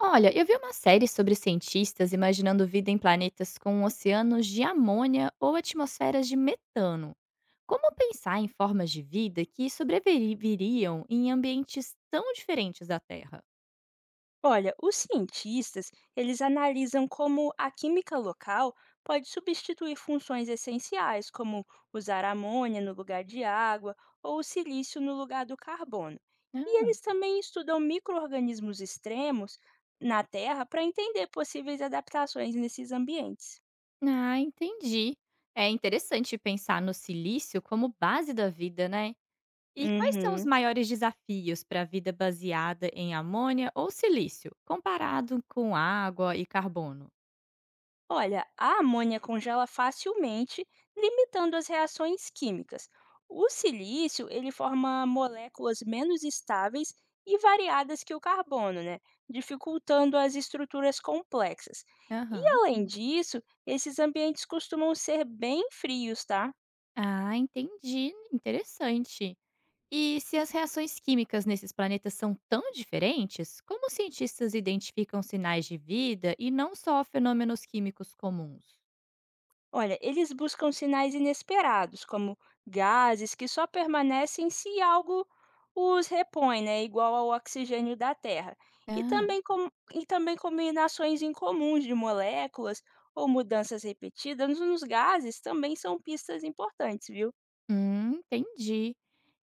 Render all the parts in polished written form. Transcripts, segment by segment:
Olha, eu vi uma série sobre cientistas imaginando vida em planetas com oceanos de amônia ou atmosferas de metano. Como pensar em formas de vida que sobreviveriam em ambientes tão diferentes da Terra? Olha, os cientistas, eles analisam como a química local pode substituir funções essenciais, como usar amônia no lugar de água ou o silício no lugar do carbono. E Ah, eles também estudam micro-organismos extremos na Terra para entender possíveis adaptações nesses ambientes. ah, entendi. É interessante pensar no silício como base da vida, né? E quais são os Uhum. maiores desafios para a vida baseada em amônia ou silício, comparado com água e carbono? Olha, a amônia congela facilmente, limitando as reações químicas. O silício, ele forma moléculas menos estáveis e variadas que o carbono, né? Dificultando as estruturas complexas. E Aham. além disso, esses ambientes costumam ser bem frios, tá? Ah, entendi. Interessante. E se as reações químicas nesses planetas são tão diferentes, como os cientistas identificam sinais de vida e não só fenômenos químicos comuns? Olha, eles buscam sinais inesperados, como gases que só permanecem se algo os repõe, né, igual ao oxigênio da Terra. E Ah, também, e também combinações incomuns de moléculas ou mudanças repetidas nos gases também são pistas importantes, viu? Entendi.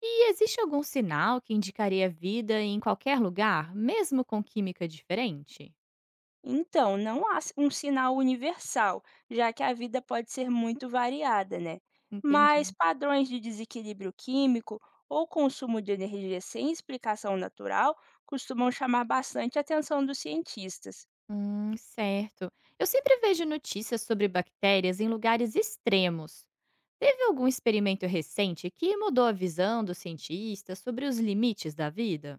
E existe algum sinal que indicaria vida em qualquer lugar, mesmo com química diferente? Então, não há um sinal universal, já que a vida pode ser muito variada, né? Entendi. Mas padrões de desequilíbrio químico ou consumo de energia sem explicação natural costumam chamar bastante a atenção dos cientistas. Certo. Eu sempre vejo notícias sobre bactérias em lugares extremos. Teve algum experimento recente que mudou a visão dos cientistas sobre os limites da vida?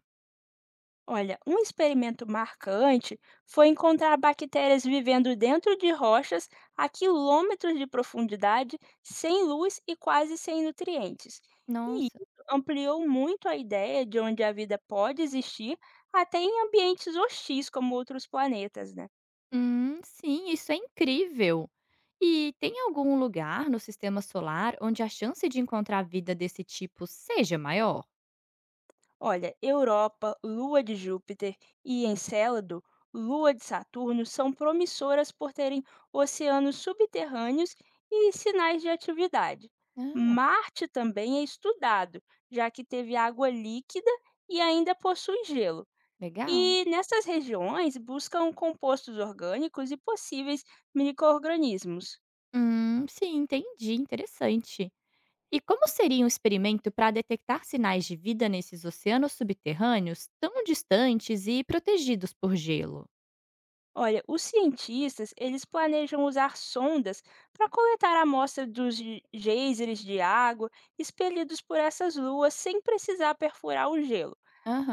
Olha, um experimento marcante foi encontrar bactérias vivendo dentro de rochas a quilômetros de profundidade, sem luz e quase sem nutrientes. E Nossa. isso ampliou muito a ideia de onde a vida pode existir, até em ambientes hostis como outros planetas, né? Sim, isso é incrível! E tem algum lugar no sistema solar onde a chance de encontrar vida desse tipo seja maior? Olha, Europa, Lua de Júpiter e Encélado, Lua de Saturno, são promissoras por terem oceanos subterrâneos e sinais de atividade. Ah, Marte também é estudado, já que teve água líquida e ainda possui gelo. legal. E nessas regiões buscam compostos orgânicos e possíveis micro-organismos. Sim, entendi. Interessante. E como seria um experimento para detectar sinais de vida nesses oceanos subterrâneos tão distantes e protegidos por gelo? Olha, os cientistas, eles planejam usar sondas para coletar amostras dos geysers de água expelidos por essas luas sem precisar perfurar o gelo.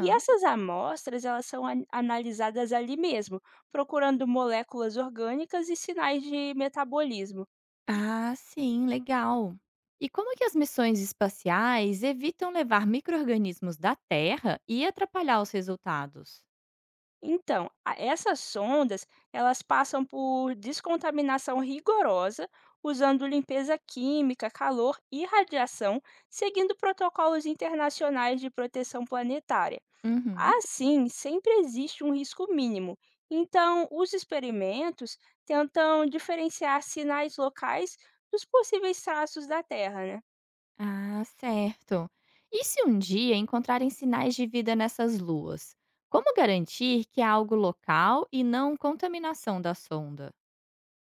E essas amostras, elas são analisadas ali mesmo, procurando moléculas orgânicas e sinais de metabolismo. Ah, sim, legal. E como que as missões espaciais evitam levar micro-organismos da Terra e atrapalhar os resultados? Então, essas sondas, elas passam por descontaminação rigorosa, usando limpeza química, calor e radiação, seguindo protocolos internacionais de proteção planetária. Uhum. Assim, sempre existe um risco mínimo. Então, os experimentos tentam diferenciar sinais locais dos possíveis traços da Terra, né? Ah, certo. E se um dia encontrarem sinais de vida nessas luas? Como garantir que é algo local e não contaminação da sonda?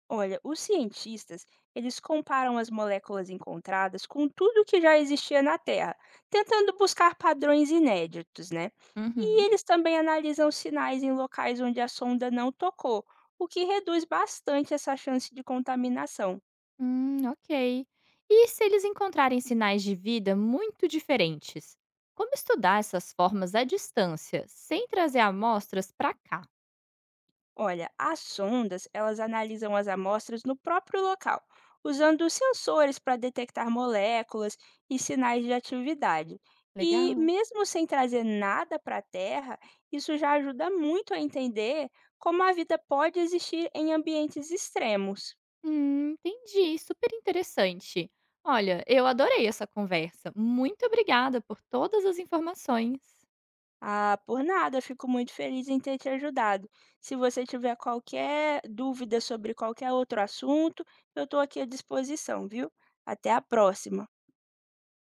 Olha, os cientistas, eles comparam as moléculas encontradas com tudo que já existia na Terra, tentando buscar padrões inéditos, né? E Uhum. eles também analisam sinais em locais onde a sonda não tocou, o que reduz bastante essa chance de contaminação. Ok. E se eles encontrarem sinais de vida muito diferentes? Como estudar essas formas à distância, sem trazer amostras para cá? Olha, as sondas, elas analisam as amostras no próprio local, usando sensores para detectar moléculas e sinais de atividade. E Legal. mesmo sem trazer nada para a Terra, isso já ajuda muito a entender como a vida pode existir em ambientes extremos. Entendi. Super interessante. Olha, eu adorei essa conversa. Muito obrigada por todas as informações. Ah, por nada, fico muito feliz em ter te ajudado. Se você tiver qualquer dúvida sobre qualquer outro assunto, eu estou aqui à disposição, viu? Até a próxima!